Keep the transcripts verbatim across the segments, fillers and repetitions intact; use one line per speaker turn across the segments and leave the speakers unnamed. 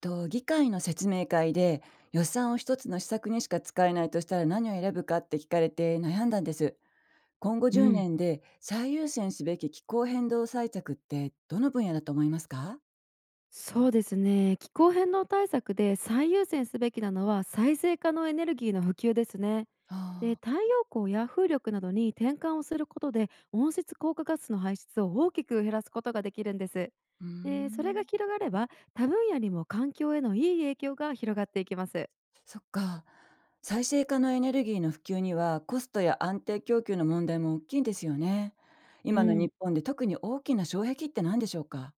と、議会の説明会で予算を一つの施策にしか使えないとしたら何を選ぶかって聞かれて悩んだんです。今後
う
10
ん、
年で最優先すべき気候変動対策ってどの分野だと思いますか？
そうですね。気候変動対策で最優先すべきなのは再生可能エネルギーの普及ですね。
あ
で、
あ、
太陽光や風力などに転換をすることで温室効果ガスの排出を大きく減らすことができるんです。
うー
で、それが
ん、
広がれば他分野にも環境へのいい影響が広がっていきます。
そっか。再生可能エネルギーの普及にはコストや安定供給の問題も大きいんですよね。
う
今の
ん。
日本で特に大きな障壁って何でしょうか？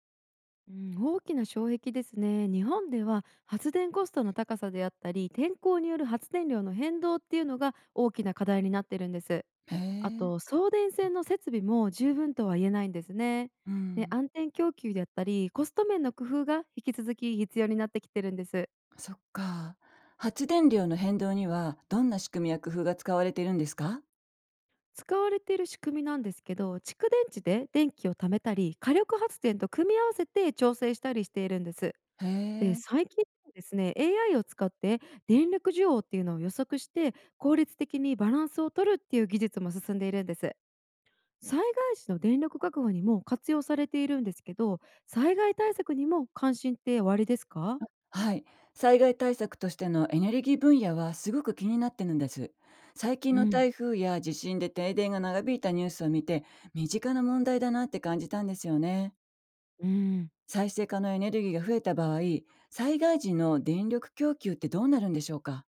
うん、大きな障壁ですね。日本では発電コストの高さであったり、天候による発電量の変動っていうのが大きな課題になってるんです。
へ
あ
え、
と、送電線の設備も十分とは言えないんですね。
う
で、
ん。
安定供給であったり、コスト面の工夫が引き続き必要になってきてるんです。
そっか。発電量の変動にはどんな仕組みや工夫が使われているんですか？
使われている仕組みなんですけど、蓄電池で電気を貯めたり、火力発電と組み合わせて調整したりしているんです。
へ
で、
え。
最近はですね、エーアイ を使って電力需要っていうのを予測して効率的にバランスを取るっていう技術も進んでいるんです。災害時の電力確保にも活用されているんですけど、災害対策にも関心っておありですか？
はい。災害対策としてのエネルギー分野はすごく気になってるんです。最近
う
の
ん、
台風や地震で停電が長引いたニュースを見て、身近な問題だなって感じたんですよね。
うん、
再生可能エネルギーが増えた場合、災害時の電力供給ってどうなるんでしょうか？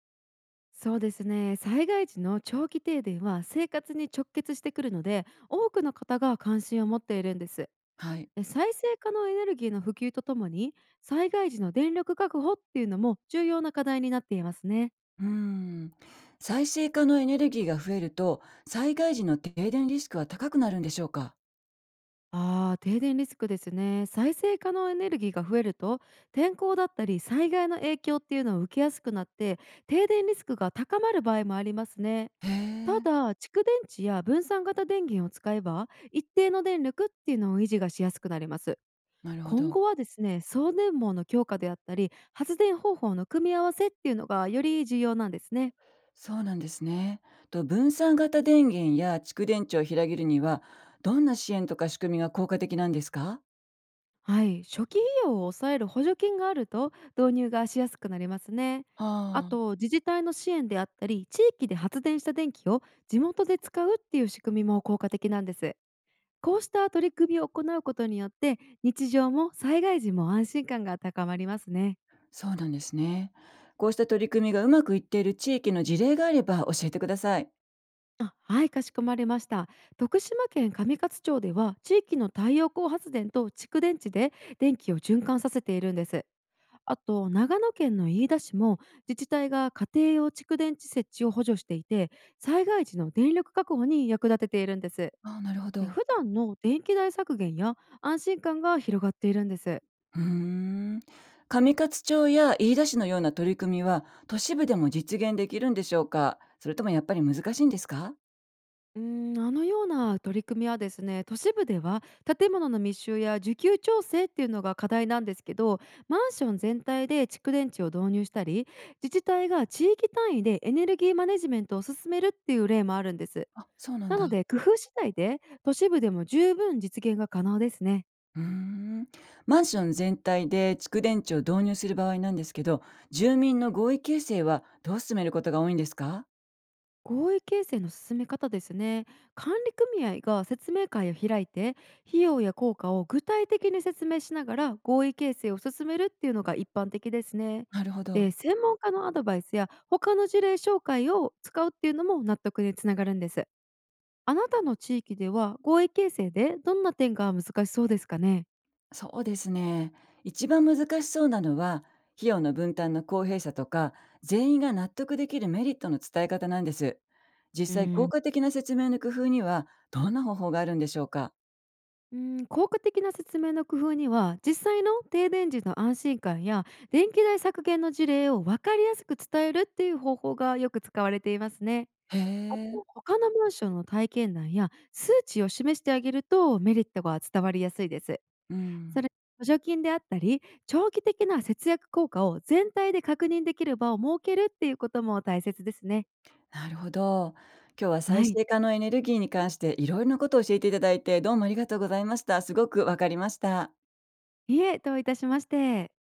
そうですね。災害時の長期停電は生活に直結してくるので、多くの方が関心を持っているんです。
はい。
で、再生可能エネルギーの普及とともに災害時の電力確保っていうのも重要な課題になっていますね。
うーん。再生可能エネルギーが増えると、災害時の停電リスクは高くなるんでしょうか？
あー停電リスクですね。再生可能エネルギーが増えると、天候だったり災害の影響っていうのを受けやすくなって、停電リスクが高まる場合もありますね。
へ
た
え、
だ、蓄電池や分散型電源を使えば一定の電力っていうのを維持がしやすくなります。
なるほ
今
ど。
後はですね、送電網の強化であったり発電方法の組み合わせっていうのがより重要なんですね。
そうなんですね。と分散型電源や蓄電池を広げるには、どんな支援とか仕組みが効果的なんですか？
はい、初期費用を抑える補助金があると導入がしやすくなりますね。
は
あ
あ、
と、自治体の支援であったり地域で発電した電気を地元で使うっていう仕組みも効果的なんです。こうした取り組みを行うことによって日常も災害時も安心感が高まりますね。
そうなんですね。こうした取り組みがうまくいっている地域の事例があれば教えてください。
あはい、かしこまりました。徳島県上勝町では地域の太陽光発電と蓄電池で電気を循環させているんです。あと、長野県の飯田市も自治体が家庭用蓄電池設置を補助していて災害時の電力確保に役立てているんです。
ああ、なるほ
え
ど。
普段の電気代削減や安心感が広がっているんです。
うーん。上勝町や飯田市のような取り組みは都市部でも実現できるんでしょうか？それともやっぱり難しいんですか？
うーんあのような取り組みはですね、都市部では建物の密集や需給調整っていうのが課題なんですけど、マンション全体で蓄電池を導入したり自治体が地域単位でエネルギーマネジメントを進めるっていう例もあるんです。
あ、そうなん
な
だ。
ので、工夫次第で都市部でも十分実現が可能ですね。
うーん。マンション全体で蓄電池を導入する場合なんですけど、住民の合意形成はどう進めることが多いんですか？
合意形成の進め方ですね。管理組合が説明会を開いて、費用や効果を具体的に説明しながら合意形成を進めるっていうのが一般的ですね。
なるほど。
で、専門家のアドバイスや他の事例紹介を使うっていうのも納得につながるんです。あなたの地域では合意形成でどんな点が難しそうですかね？
そうですね。一番難しそうなのは、費用の分担の公平さとか、全員が納得できるメリットの伝え方なんです。
う
実際、
ー
効
ん
果的な説明の工夫には、どんな方法があるんでしょうか？
うん、効果的な説明の工夫には実際の停電時の安心感や電気代削減の事例を分かりやすく伝えるっていう方法がよく使われていますね。
へ
あ
え。
と、他の文章の体験談や数値を示してあげるとメリットが伝わりやすいです。
う
そ
ん。
れ補助金であったり長期的な節約効果を全体で確認できる場を設けるっていうことも大切ですね。
なるほど。今日は再
はい、
生可能エネルギーに関していろいろなことを教えていただいて、どうもありがとうございました。すごくわかりました。
いえどういたしまして。